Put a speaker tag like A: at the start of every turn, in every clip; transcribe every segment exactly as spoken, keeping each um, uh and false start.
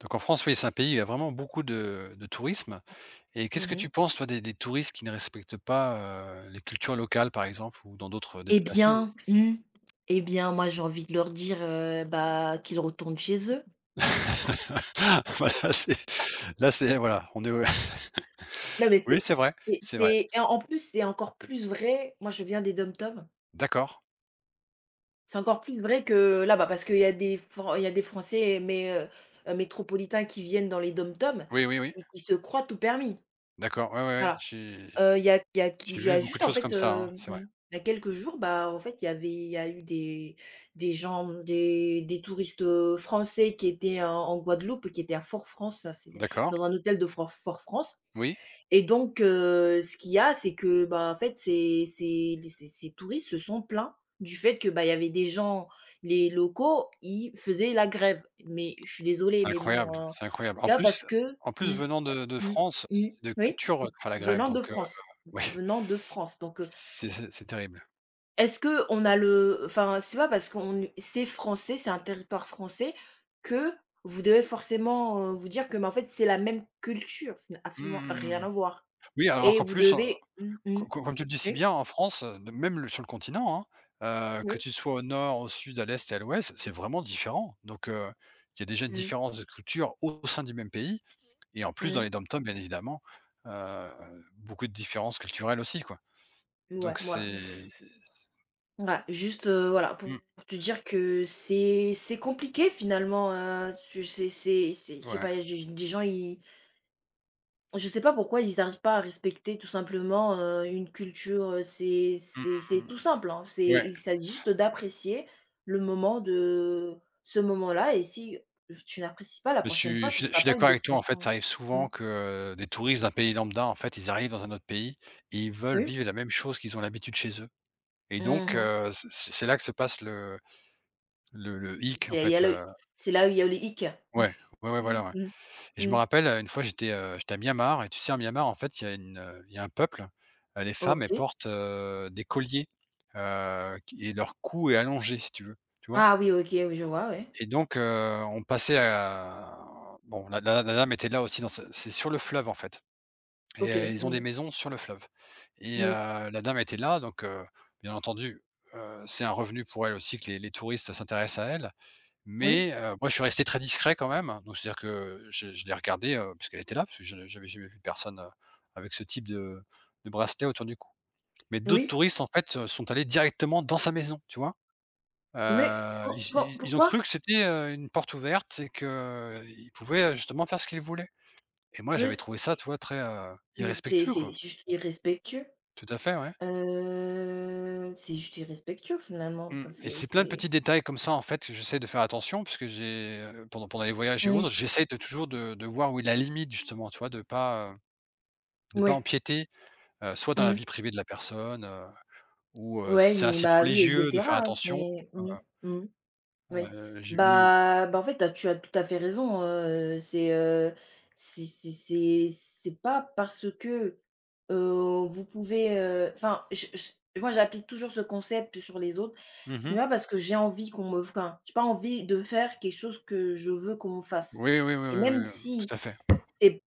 A: Donc en France, oui, c'est un pays où il y a vraiment beaucoup de de tourisme et qu'est-ce que
B: Mmh
A: tu penses, toi, des des touristes qui ne respectent pas, heu, les cultures locales, par exemple, ou dans d'autres
B: Eh
A: destinations,
B: bien mmh, eh bien, moi, j'ai envie de leur dire, heu, bah, qu'ils retournent chez eux.
A: Voilà, c'est là, c'est voilà, on est
B: Non, mais
A: oui,
B: c'est
A: c'est vrai,
B: c'est
A: c'est vrai.
B: c'est et en en plus, c'est encore plus vrai, moi, je viens des DOM-TOM.
A: D'accord.
B: C'est encore plus vrai que là-bas, parce qu'il y a des Fran il y a des Français, mais heu heu, métropolitains, qui viennent dans les DOM-TOM
A: Oui, oui, oui.
B: et qui se croient tout permis.
A: D'accord, ouais, ouais, ouais, j'ai
B: Heu, il y a il y a qui
A: j'ai
B: il y
A: vu
B: a
A: beaucoup
B: juste
A: de
B: en
A: choses
B: fait,
A: comme ça, hein,
B: heu,
A: c'est vrai.
B: Il y a quelques jours, bah, en fait, il y avait il y a eu des des gens, mmh, des des touristes, heu, français, qui étaient en en Guadeloupe, qui étaient à Fort-France, c'est
A: D'accord,
B: dans un hôtel de Fort Fort-France.
A: oui,
B: Et donc, heu, ce qu'il y a, c'est que, bah, en fait, ces ces les ces ces touristes se sont plaints du fait que, bah, il y avait des gens, les locaux, ils faisaient la grève, mais je suis désolée,
A: c'est
B: mais bon,
A: incroyable,
B: heu,
A: c'est incroyable. En
B: c'est pas
A: plus
B: parce que
A: en plus,
B: mmh.
A: venant de de
B: Mmh.
A: France,
B: Mmh.
A: de
B: Oui,
A: culture, enfin la grève,
B: venant de
A: donc heu,
B: France,
A: ouais,
B: venant de France, donc heu,
A: c'est c'est c'est terrible.
B: est-ce qu'on a le enfin, c'est pas parce qu'on c'est français, c'est un territoire français, que vous devez forcément, heu, vous dire que, mais en fait, c'est la même culture. Ça n'a
A: Mmh,
B: absolument
A: mmh,
B: rien
A: mmh.
B: à voir,
A: Oui, alors
B: et
A: qu'en
B: vous
A: plus, heu,
B: devez mmh mh.
A: co co comme tu le dis si
B: Oui,
A: bien, en France, heu, de même le sur le continent, hein, heu,
B: oui.
A: que tu sois au nord, au sud, à l'est et à l'ouest, c'est vraiment différent. Donc heu, il y a déjà une
B: Mmh.
A: différence de culture au sein du même pays et en plus dans
B: Mmh.
A: les dom-toms, bien évidemment, heu, beaucoup de différences culturelles aussi, quoi.
B: Ouais,
A: Donc
B: voilà.
A: c'est mmh,
B: Ouais,
A: c'est
B: juste, heu, voilà, pour
A: mmh,
B: te dire que c'est c'est compliqué finalement. Heu, tu c'est c'est C'est, je sais
A: ouais.
B: pas, il y a des gens ils je sais pas pourquoi ils n'arrivent pas à respecter tout simplement, heu, une culture. Heu, c'est
A: Mmh
B: c'est c'est
A: mh.
B: tout simple, hein. C'est
A: Ouais,
B: il s'agit juste d'apprécier le moment de ce moment-là, et si tu n'apprécies pas, la
A: mais je
B: prochaine
A: suis
B: fois,
A: je
B: ce ne
A: suis je
B: sera
A: suis
B: pas une
A: d'accord avec toi, en fait,
B: destination.
A: ça arrive
B: Mmh.
A: souvent que, heu, des touristes d'un pays lambda, en fait, ils arrivent dans un autre pays et ils veulent
B: Oui.
A: vivre la même chose qu'ils ont l'habitude chez eux. Et donc
B: Mmh.
A: heu, c c'est là que se passe le le le hic en
B: C'est il y a
A: fait,
B: le
A: heu,
B: c'est là où il y a le hic.
A: Ouais, ouais, ouais,
B: Mmh
A: voilà, ouais.
B: mh.
A: Et je me
B: Mmh.
A: rappelle, heu, une fois j'étais, heu, j'étais à Myanmar et tu sais, à Myanmar, en fait, il y a une, heu, il y a un peuple, heu, les femmes, elles
B: OK.
A: portent, heu, des colliers, heu, qui et leur cou est allongé, si tu veux, tu vois?
B: Ah oui, OK, oui, je vois, ouais.
A: Et donc heu, on passait à bon, la la la dame était là aussi dans sa c'est sur le fleuve, en fait. Et heu,
B: OK.
A: ils ont des
B: Mmh.
A: maisons sur le fleuve et
B: Oui.
A: heu, la dame était là donc heu, bien entendu, heu, c'est un revenu pour elle aussi que les les touristes s'intéressent à elle,
B: Oui.
A: mais heu, moi je suis resté très discret quand même, donc c'est-à-dire que je je l'ai regardée, heu, puisqu'elle était là, parce que je j'avais jamais vu personne, heu, avec ce type de de bracelet autour du cou. Mais d'autres
B: Oui.
A: touristes en fait, heu, sont allés directement dans sa maison, tu vois?
B: Mais
A: Heu,
B: quand
A: ils
B: quand
A: ils ils ont
B: pourquoi?
A: cru que c'était, heu, une porte ouverte et qu'ils pouvaient, heu, justement faire ce qu'ils voulaient et moi j'avais
B: Oui.
A: trouvé ça, tu vois, très, heu,
B: Il c'est
A: irrespectueux,
B: C'est
A: quoi.
B: juste irrespectueux.
A: Tout à fait, ouais.
B: Heu, c'est juste irrespectueux finalement,
A: Mmh,
B: enfin
A: et
B: c'est
A: c'est plein de
B: c'est
A: petits détails comme ça, en fait, que j'essaie de faire attention puisque j'ai, heu, pendant pendant les voyages et
B: Ouais,
A: autres, j'essaie de toujours de de voir où est la limite justement, tu vois? De pas, heu, de pas
B: ouais,
A: empiéter, heu, soit dans la
B: mmh.
A: vie privée de la personne, heu, ou heu,
B: Ouais,
A: si c'est un
B: mais
A: site
B: bah, oui, et
A: religieux, de
B: cetera,
A: faire
B: hein.
A: attention.
B: c'est
A: Heu
B: mmh, mmh, oui.
A: j'ai vu
B: Bah bah, en fait, tu as tu as tout à fait raison. Heu, c'est, heu, c'est c'est c'est c'est pas parce que, heu, vous pouvez, heu, enfin, je je moi, j'applique toujours ce concept sur les autres. Ce
A: mmh.
B: pas parce que j'ai envie qu'on me enfin, j'ai pas envie de faire quelque chose que je veux qu'on me fasse,
A: Oui, oui, oui,
B: et
A: oui,
B: même
A: oui,
B: si
A: tout à fait.
B: c'est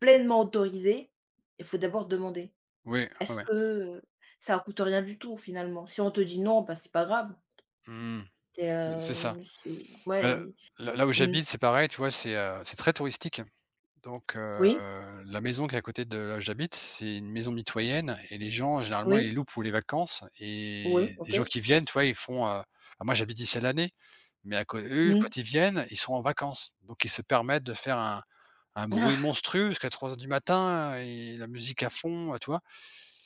B: pleinement autorisé, il faut d'abord demander.
A: Oui, oui,
B: Est-ce
A: oui.
B: que, heu, ça coûte rien du tout finalement? Si on te dit: «Non», bah, c'est pas grave.
A: Mmh.
B: Tu
A: C'est c'est ça.
B: es, c'est
A: Heu,
B: Ouais,
A: là là où
B: mmh.
A: j'habite, c'est pareil, tu vois? C'est, heu, c'est très touristique. Donc heu,
B: Oui,
A: la maison qui est à côté de là où j'habite, c'est une maison mitoyenne et les gens généralement
B: oui,
A: ils louent pour les vacances et
B: oui,
A: les
B: OK.
A: gens qui viennent, tu vois, ils font, heu alors moi j'habite ici à l'année, mais à cô eux
B: Mmh.
A: quand ils viennent, ils sont en vacances. Donc ils se permettent de faire un un bruit monstrueux jusqu'à trois heures du matin et la musique à fond, heu, tu vois?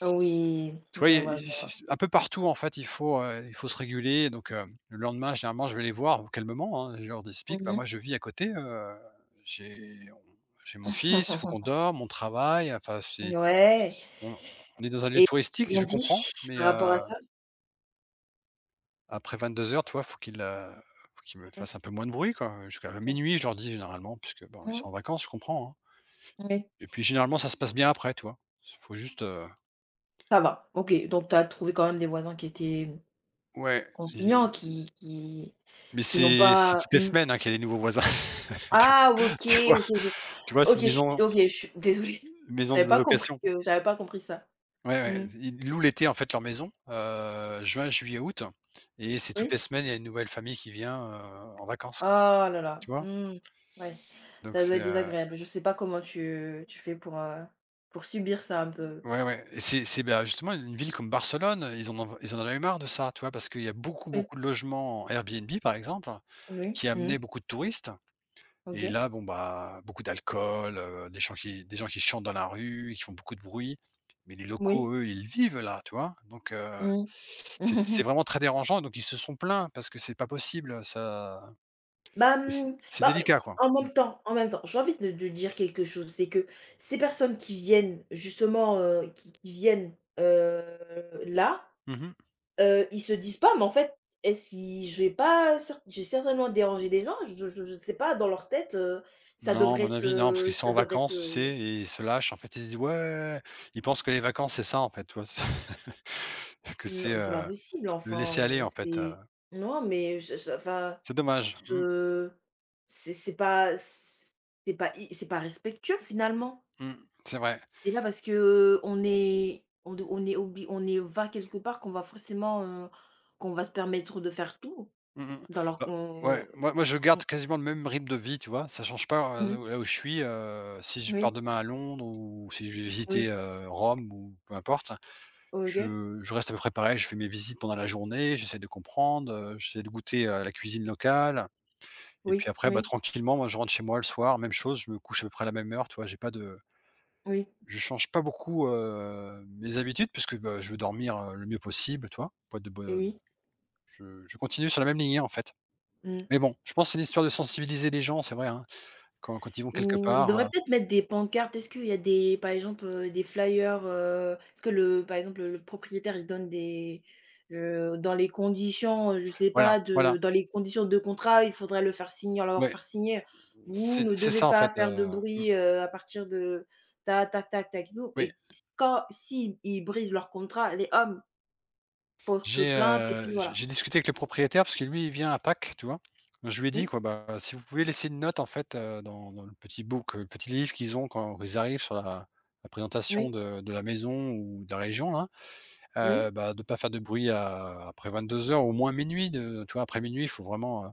B: Oui,
A: Tu vois,
B: je
A: il y a
B: vois, je vois.
A: il un peu partout, en fait, il faut, heu, il faut se réguler. Donc, heu, le lendemain, généralement, je vais les voir calmement, hein. Je leur explique: «Bah,
B: Mmh.
A: moi, je vis à côté, heu, j'ai on j'ai mon fils, il faut qu'on dorme, mon travail. Enfin, c'est
B: Ouais,
A: on on est dans un lieu
B: et ils
A: touristique,
B: ont
A: je
B: dit
A: comprends, mais,
B: par rapport à
A: heu,
B: ça?
A: après vingt-deux heures, tu vois, faut qu'ils, heu, faut qu'ils me
B: Mmh,
A: fassent un peu moins de bruit, quoi. Jusqu'à
B: mmh,
A: minuit, je leur dis généralement, puisque, bon, ils sont
B: mmh.
A: en vacances, je comprends, hein.
B: Oui,
A: Et puis, généralement, ça se passe bien après, tu vois? Faut juste, heu
B: ça va. OK, donc tu as trouvé quand même des voisins qui étaient
A: ouais,
B: conciliants,
A: i
B: qui qui
A: mais
B: qui n'ont
A: c'est c'est
B: pas
A: toutes les
B: mmh.
A: semaines, hein, qu'il y a des nouveaux voisins.
B: Ah OK,
A: Tu vois?
B: OK, je
A: Tu vois?
B: OK,
A: C'est une
B: je
A: maison
B: suis OK, je suis désolée.
A: une maison
B: J'avais
A: de
B: pas compris
A: location.
B: que j'avais pas compris ça.
A: Ouais, ouais.
B: Mmh.
A: Ils louent l'été, en fait, leur maison, heu, juin, juillet, août et c'est toutes
B: Oui?
A: les semaines, il y a une nouvelle famille qui vient, heu, en vacances,
B: Oh
A: quoi.
B: là là.
A: Tu vois?
B: Mmh. Ouais,
A: Donc
B: ça doit
A: c'est,
B: être
A: heu
B: désagréable. Je sais pas comment tu tu fais pour, heu, pour subir ça un peu.
A: ouais, ouais et c'est c'est, bah, justement une ville comme Barcelone, ils en ont ils en avaient marre de ça, tu vois? Parce qu'il y a beaucoup,
B: Oui,
A: beaucoup de logements en Airbnb, par exemple,
B: oui,
A: qui
B: mmh,
A: amenaient beaucoup de touristes. Et
B: OK.
A: là, bon, bah, beaucoup d'alcool, heu, des gens qui des gens qui chantent dans la rue qui font beaucoup de bruit. Mais les
B: Oui,
A: locaux, eux, ils vivent là, tu vois? Donc heu,
B: mmh.
A: c'est c'est vraiment très dérangeant. Donc ils se sont plaints parce que c'est pas possible, ça
B: Bah,
A: et c'est
B: mmh,
A: c'est
B: bah,
A: délicat, quoi.
B: en
A: Mmh.
B: même temps en même temps, j'ai envie de de dire quelque chose, c'est que ces personnes qui viennent justement, heu, qui qui viennent, heu, là.
A: Mmh.
B: Heu, ils se disent pas: «Mais en fait, est-ce qui j'ai pas cer j'ai certainement dérangé des gens?» Je je je sais pas, dans leur tête, heu, ça
A: Non, à
B: devrait
A: mon
B: être,
A: avis, non, parce
B: heu,
A: qu'ils sont
B: ça
A: en
B: devrait être,
A: vacances, tu sais?
B: heu
A: Et ils se lâchent, en fait, ils disent: «Ouais». Ils pensent que les vacances, c'est ça, en fait, tu vois? C'est que c'est,
B: non, mais c'est pas
A: heu,
B: possible,
A: le
B: enfin,
A: laisser
B: heu,
A: aller, en fait, heu,
B: c'est non, mais je je enfin,
A: c'est dommage. Mmh,
B: je c'est c'est pas c c'est pas i c'est pas respectueux finalement.
A: mmh, c'est vrai.
B: C'est pas parce que, heu, on est on de on est obli on est va quelque part qu'on va forcément, heu, qu'on va se permettre de faire tout
A: Mmh mh.
B: dans leur
A: Bah, ouais,
B: con
A: moi moi je
B: mmh.
A: garde quasiment le même rythme de vie, tu vois? Ça change pas,
B: Mmh mh.
A: heu, là où je suis, heu, si je pars
B: Oui,
A: demain à Londres ou si je vais
B: oui.
A: visiter, heu, Rome ou peu importe,
B: OK.
A: je je reste à peu près pareil. Je fais mes visites pendant la journée, j'essaie de comprendre, heu, j'essaie de goûter à la cuisine locale et
B: Oui,
A: puis après, bah,
B: oui,
A: tranquillement, moi je rentre chez moi le soir, même chose, je me couche à peu près à la même heure, tu vois? J'ai pas de
B: oui,
A: je change pas beaucoup, heu, mes habitudes puisque, bah, je veux dormir, heu, le mieux possible, tu vois? Pas de
B: et
A: bonne
B: oui.
A: je je continue sur la même lignée, en fait.
B: Mmh.
A: Mais bon, je pense que c'est une histoire de sensibiliser les gens, c'est vrai, hein, quand quand ils vont quelque
B: Mmh, ils
A: part,
B: devraient
A: heu,
B: peut-être mettre des pancartes. Est-ce qu'il y a des Par exemple, heu, des flyers. Heu, est-ce que le Par exemple, le propriétaire, il donne des, heu, dans les conditions, heu, je sais
A: voilà,
B: pas, de
A: voilà,
B: dans les conditions de contrat, il faudrait le faire signer leur
A: ouais,
B: faire signer: «Vous
A: c'est
B: ne
A: c'est
B: devez
A: ça en fait,
B: pas
A: heu,
B: faire de
A: mmh,
B: bruit, heu, à partir de ta tac tac tac, et
A: oui.
B: et quand, si ils brisent leur contrat, les hommes portent
A: J'ai,
B: plainte, et
A: heu,
B: puis
A: j'ai
B: voilà.
A: j'ai discuté avec le propriétaire parce que lui, il vient à Pâques, tu vois? Je lui ai dit
B: Oui,
A: quoi, bah, si vous pouvez laisser une note en fait, heu, dans dans le petit book, euh, le petit livre qu'ils ont quand ils arrivent sur la la présentation
B: oui,
A: de de la maison ou de la région là,
B: oui,
A: heu, bah, de pas faire de bruit à après vingt-deux heures, au moins minuit. De tu vois? Après minuit, il faut vraiment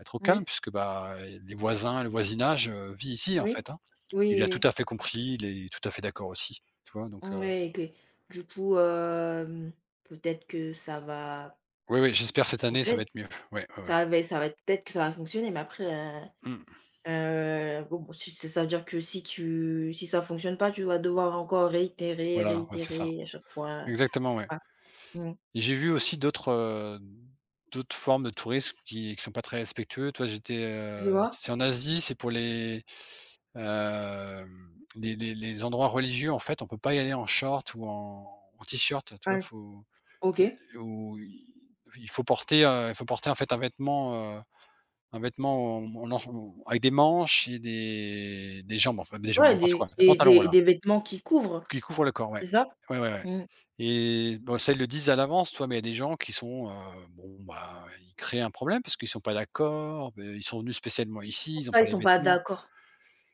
A: être au calme
B: oui.
A: puisque, bah, les voisins, le voisinage, heu, vit ici, en
B: Oui.
A: fait, hein.
B: Oui,
A: Il a tout
B: oui,
A: à fait compris, il est tout à fait d'accord aussi, tu vois? Donc
B: oui.
A: heu,
B: Ouais, et du coup, hem, peut-être que ça va
A: oui, oui, j'espère cette année, ça va
B: fonctionner.
A: être mieux. Ouais, ouais, ouais.
B: Ça va ça va Peut-être que ça va fonctionner, mais après, heu
A: Mmh.
B: heu, bon, bon, si ça veut dire que si tu si ça fonctionne pas, tu vas devoir encore réitérer,
A: Voilà, ouais, c'est ça.
B: réitérer à chaque fois.
A: Exactement, ouais
B: Ouais. Mmh.
A: et j'ai vu aussi d'autres, heu, d'autres formes de tourisme qui qui sont pas très respectueux. Toi j'étais,
B: Tu
A: heu,
B: vois?
A: c'est en Asie, c'est pour les, hem, les les les endroits religieux, en fait, on peut pas y aller en short ou en en t-shirt, tu vois?
B: Ouais.
A: Faut
B: OK.
A: Il ou il il faut porter, heu, il faut porter en fait un vêtement, heu, un vêtement en en en avec des manches et des des jambes, enfin des jambes,
B: Ouais,
A: n'importe
B: des
A: quoi, un
B: des
A: pantalon
B: des
A: voilà,
B: des vêtements qui couvrent,
A: qui couvre le corps, ouais.
B: c'est ça?
A: Ouais, ouais, ouais
B: Mmh.
A: et bon ça, ils le disent à l'avance, toi. Mais il y a des gens qui sont, heu, bon, bah, ils créent un problème parce qu'ils sont pas d'accord, heu, ils sont venus spécialement ici,
B: Pour
A: ils ont
B: ça,
A: pas
B: ils
A: les
B: sont pas
A: vêtements.
B: d'accord.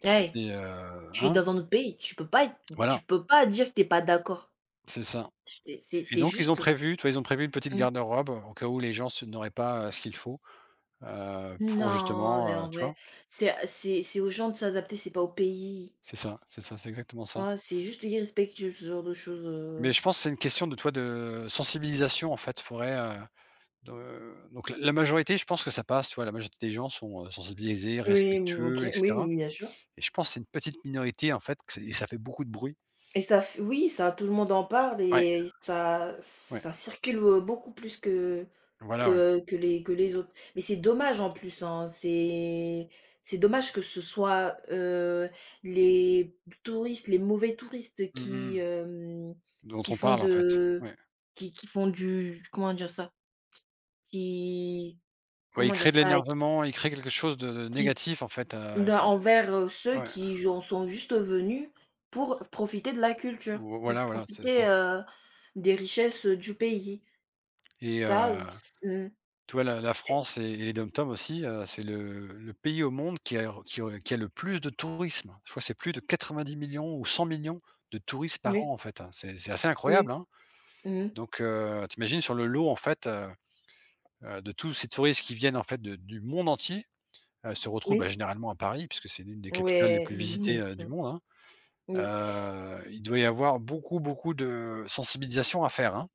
B: Hey,
A: C'est, heu,
B: tu es
A: hein?
B: dans un autre pays, tu peux pas être tu
A: Voilà,
B: peux pas dire que t'es pas d'accord.
A: c'est ça
B: C'est c'est
A: et
B: c'est
A: donc ils ont
B: juste
A: prévu, toi, ils ont prévu une petite
B: Mmh.
A: garde-robe au cas où les gens se n'auraient pas, heu, ce qu'il faut. Heu, pour
B: Non, mais
A: justement, heu,
B: en
A: tu
B: vrai,
A: vois?
B: c'est c'est c'est aux gens de s'adapter, c'est pas au pays.
A: C'est ça, c'est ça, c'est exactement ça.
B: Ah, c'est juste irrespectueux, ce genre de choses, heu
A: Mais je pense que c'est une question de toi de sensibilisation en fait. Faudrait, heu, de donc la la majorité, je pense que ça passe, tu vois? La majorité des gens sont, heu, sensibilisés,
B: Oui, mmh, OK.
A: respectueux et
B: Oui,
A: cetera
B: oui, bien sûr.
A: et je pense que c'est une petite minorité en fait que c'est et ça fait beaucoup de bruit.
B: Et ça f Oui, ça, tout le monde en parle,
A: Ouais,
B: et ça
A: ouais,
B: ça circule, heu, beaucoup plus que
A: voilà, ouais.
B: que que les que les autres. Mais c'est dommage, en plus, hein. C'est c'est dommage que ce soit, heu, les touristes, les mauvais touristes
A: Mmh mh,
B: qui,
A: mmh.
B: hem,
A: Dont
B: qui
A: on
B: font
A: parle en fait.
B: de
A: Ouais.
B: qui qui font du... comment dire ça? Qui...
A: Ouais, ils
B: comment dire
A: créent de
B: ça?
A: l'énervement, il crée quelque chose de de
B: Qui
A: négatif en fait, heu,
B: de Envers, heu, ceux
A: ouais,
B: qui en sont juste venus pour profiter de la culture,
A: vo
B: pour
A: voilà, voilà, c'est ça
B: profiter, heu, des richesses, du pays.
A: et
B: Ça,
A: heu
B: s mmh,
A: Tu vois, la la
B: Et
A: France et et les DOM-TOM aussi, heu, c'est le le pays au monde qui a qui a qui a le plus de tourisme. Je crois que c'est plus de quatre-vingt-dix millions ou cent millions de touristes par an,
B: oui,
A: en fait, hein. C'est c'est assez
B: oui,
A: incroyable, hein.
B: mmh
A: Donc heu, tu sur le lot, en fait, heu heu, de tous ces touristes qui viennent, en fait, de du monde entier, heu, se retrouvent,
B: oui,
A: bah, généralement à Paris puisque c'est l'une des capitales les
B: ouais,
A: plus
B: mmh
A: visitées, heu,
B: mh,
A: du
B: mmh,
A: monde, hein.
B: oui.
A: Heu, il doit y avoir beaucoup, beaucoup de sensibilisation à faire, hein.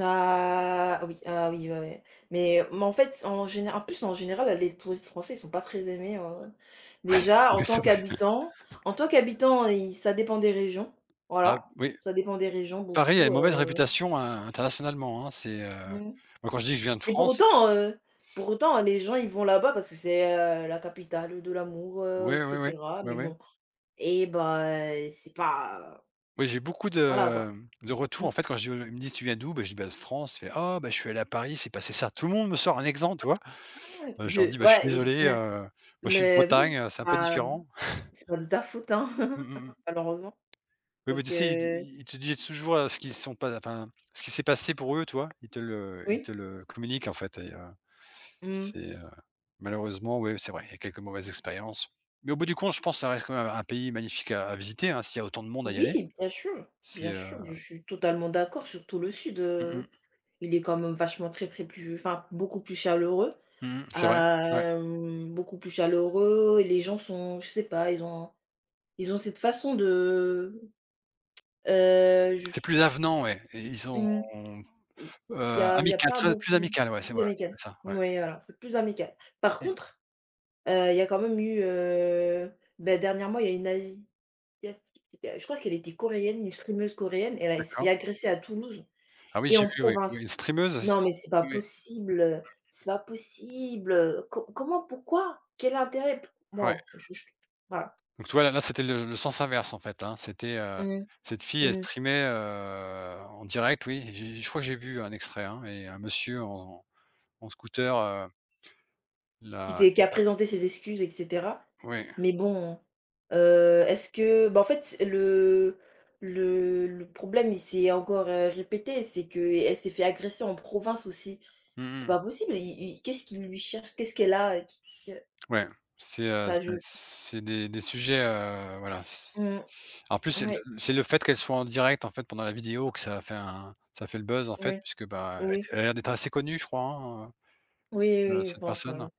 B: Ah oui, ah oui, ouais, ouais. Mais mais en fait, en général en plus, en général, les touristes français, ils sont pas très aimés. Heu, déjà, en
A: Oui,
B: tant
A: c'est vrai.
B: qu'habitants, en tant qu'habitants, ils ça dépend des régions,
A: Ah
B: voilà,
A: oui,
B: ça dépend des régions
A: Paris a
B: beaucoup,
A: une mauvaise
B: heu,
A: réputation in internationalement, hein. C'est, heu,
B: mmh.
A: moi quand je dis que je viens de
B: Mais pour
A: France,
B: autant, heu, pour autant, les gens, ils vont là-bas parce que c'est, heu, la capitale de l'amour, heu, et
A: ouais, ouais, ouais,
B: cetera.
A: ouais,
B: Mais
A: ouais.
B: bon, et bah, c'est pas
A: Oui, j'ai beaucoup
B: voilà, quoi.
A: de, mmh, de retours
B: Mmh.
A: en fait quand je dis aux gens, ils me disent: «Tu viens d'où?» Bah, je dis: «Bah, de France». Ils fait: «Ah bah, je suis allé à Paris, il s'est passé ça». Tout le monde me sort un exemple, tu vois? Heu, je leur
B: de
A: dis: «Bah, je suis
B: ouais, j
A: désolé,
B: mais
A: heu, moi je suis de
B: mais Oui,
A: Bretagne, heu, c'est un peu
B: bah
A: différent».
B: c'est pas de ta faute, hein,
A: Mmh mh mh.
B: malheureusement.
A: Oui,
B: Donc,
A: mais tu sais, ils te
B: heu,
A: ils te disent toujours, heu, ce qu'ils sont pas, enfin, ce qui s'est passé pour eux, tu vois? Ils te le ils
B: oui.
A: te le communiquent en fait. et heu,
B: Mmh.
A: c'est, heu Malheureusement, oui, c'est vrai, il y a quelques mauvaises expériences. Mais au bout du compte, je pense que ça reste quand même un pays magnifique à à visiter, hein, s'il y a autant de monde à y
B: Oui,
A: aller.
B: bien sûr,
A: C'est,
B: bien
A: heu
B: sûr, je suis totalement d'accord, surtout le sud,
A: mmh
B: heu,
A: mh.
B: il est quand même vachement très, très plus enfin, beaucoup plus chaleureux.
A: Mmh, c'est vrai, ouais.
B: Hem, beaucoup plus chaleureux, et les gens sont, je sais pas, ils ont ils ont cette façon de, heu,
A: C'est
B: je
A: plus avenant, ouais, et ils sont,
B: mmh, il il y
A: heu,
B: a il y a
A: amical,
B: pas
A: très plus
B: beaucoup,
A: amical, ouais,
B: c'est
A: c'est
B: plus
A: voilà,
B: amical.
A: c'est ça, ouais.
B: Oui, voilà, c'est plus amical. Par
A: Mmh,
B: contre, heu, il y a quand même eu, heu, bah, dernièrement, il y a une asie Asiatique, c'était, je crois qu'elle était coréenne, une streameuse coréenne, elle a elle s'est fait
A: d'accord.
B: agresser à Toulouse
A: Ah oui,
B: et
A: j'ai
B: en
A: vu, oui, oui,
B: province.
A: une streameuse, c'est
B: Non,
A: ça?
B: mais c'est pas
A: Oui,
B: possible, c'est pas possible. Co Comment, pourquoi? Quel intérêt? P
A: ouais.
B: je je Voilà.
A: Donc tu vois, là là, c'était le le sens inverse, en fait, hein. C'était, heu,
B: Mmh,
A: cette fille, elle
B: mmh.
A: streamait, heu, en direct, oui. J'ai Je crois que j'ai vu un extrait, hein, et un monsieur en en scooter, heu,
B: Qui
A: la
B: s'est qui a présenté ses excuses, et cetera.
A: oui.
B: Mais bon, heu, est-ce que bah, en fait, c le le le problème, il s'est encore, heu, répété, c'est qu'elle s'est fait agresser en province aussi. C'est
A: Mmh mh.
B: pas possible. I i Qu'est-ce qu'il lui cherche? Qu'est-ce qu'elle a?
A: Ouais, c'est, heu,
B: Ça
A: c'est
B: je
A: c'est des des sujets, heu, voilà, c
B: Mmh.
A: en plus, c'est le
B: Ouais,
A: c'est le fait qu'elle soit en direct, en fait, pendant la vidéo, que ça a fait un ça fait le buzz, en fait,
B: oui,
A: puisque, bah, elle était
B: oui,
A: elle a l'air d'être assez connue, je crois, hein, heu,
B: oui,
A: cette, heu,
B: oui, je
A: cette
B: pense,
A: personne.
B: heu,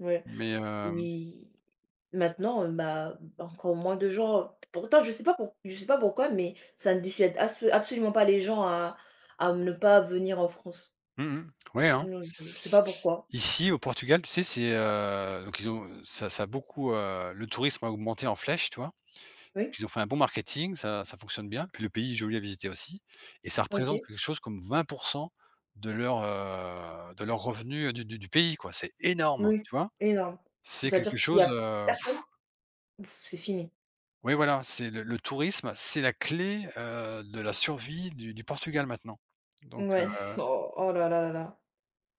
B: ouais.
A: Mais, hem
B: Et maintenant, heu, bah, encore moins de gens, pourtant. Je sais pas pour je sais pas pourquoi, mais ça ne dissuade abso absolument pas les gens à à ne pas venir en France.
A: Mmh mh, ouais, hein.
B: Non, je je sais pas pourquoi.
A: Ici, au Portugal, tu sais, c'est, heu, donc ils ont ça ça a beaucoup, heu, le tourisme a augmenté en flèche, tu vois?
B: Oui,
A: Ils ont fait un bon marketing, ça ça fonctionne bien, puis le pays est joli à visiter aussi, et ça représente
B: OK,
A: quelque chose comme vingt de leur, heu, de leur revenu du du du pays, quoi. C'est énorme,
B: oui,
A: tu vois?
B: énorme. Donc
A: C'est
B: ça veut dire
A: quelque
B: que s'il y
A: chose,
B: a
A: heu
B: personne, c'est fini.
A: oui, voilà, c'est le le tourisme, c'est la clé, heu, de la survie du du Portugal maintenant. Donc
B: Ouais.
A: heu,
B: Oh, oh là là là là.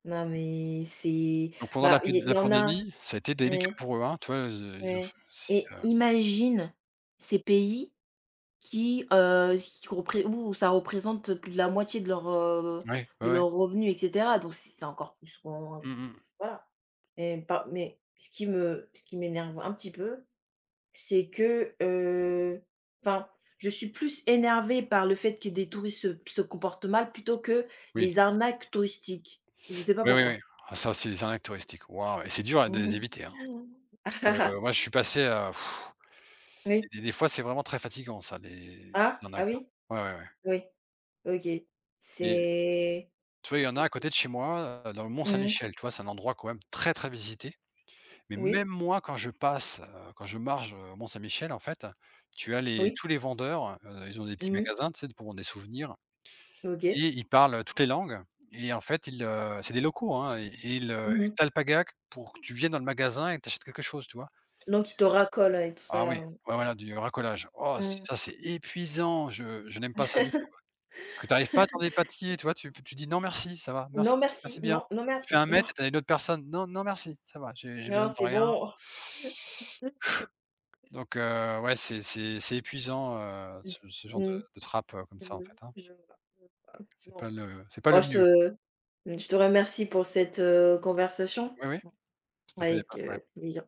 B: Non mais c'est
A: donc pendant la
B: Bah,
A: pé
B: il y il
A: la
B: y en a,
A: pandémie, ça a été délicat
B: hein.
A: pour eux, hein, tu vois? Heu, ils ont f
B: Ouais,
A: si,
B: et
A: heu
B: imagine ces pays qui, heu, qui repré où ça représente plus de la moitié de leur, heu,
A: ouais, ouais,
B: de
A: ouais.
B: leurs revenus, et cetera, donc c'est c'est encore plus qu'on
A: Mmh mh.
B: voilà et pas mais Ce qui me ce qui m'énerve un petit peu, c'est que, heu, enfin, je suis plus énervée par le fait que des touristes se se comportent mal, plutôt que
A: Oui.
B: les arnaques touristiques. Je sais pas
A: Oui, oui, oui.
B: pourquoi.
A: Ah ça, c'est les arnaques touristiques. Waouh, et c'est dur à les éviter, hein, parce que euh, moi je suis passé à
B: Oui?
A: Et des des fois, c'est vraiment très fatigant ça, les il y
B: Ah?
A: en a
B: Ah
A: que
B: oui?
A: ouais, ouais, ouais.
B: Oui. OK.
A: Et
B: C'est
A: tu vois, il y
B: et
A: en a à
B: et
A: côté de chez moi, heu, dans le
B: mmh
A: Mont-Saint-Michel, tu vois? C'est un endroit quand même très, très visité. Mais
B: Oui,
A: même moi, quand je passe, heu, quand je marche, heu, au Mont-Saint-Michel, en fait, tu as les
B: oui.
A: tous les vendeurs, heu, ils ont des petits
B: Mmh.
A: magasins, tu sais, pour vendre des souvenirs,
B: OK.
A: et ils parlent toutes les langues, et en fait, ils, heu, c'est des locaux, hein, et et ils, heu, ils
B: Mmh.
A: t'alpaguatent pour que tu viennes dans le magasin et que tu achètes quelque chose, tu vois?
B: Donc il te racolent et tout
A: Ah
B: ça,
A: oui,
B: heu,
A: ouais, voilà, du heu, racolage. Oh,
B: mmh.
A: ça, c'est épuisant, je je n'aime pas ça du tout. Que tu arrives pas à t'en dépatouiller, tu vois? Tu tu dis: «Non merci, ça va, merci,
B: Non merci,
A: merci bien».
B: non, non mer
A: Tu fais un
B: non,
A: mètre, et tu as une autre personne: «Non, non merci, ça va, j'ai j'ai
B: non
A: besoin de
B: c'est
A: rien».
B: bon.
A: Donc heu, ouais, c'est c'est c'est épuisant, heu,
B: Mmh.
A: ce ce genre de de trappe, heu, comme ça, en fait,
B: Mmh.
A: hein.
B: Je
A: C'est
B: Non.
A: pas le c'est pas
B: Bah,
A: le
B: je
A: mieux.
B: te je te remercie pour cette, heu, conversation,
A: Oui, oui, tout à fait, il y a
B: avec,
A: pas de problème.
B: heu, plaisir.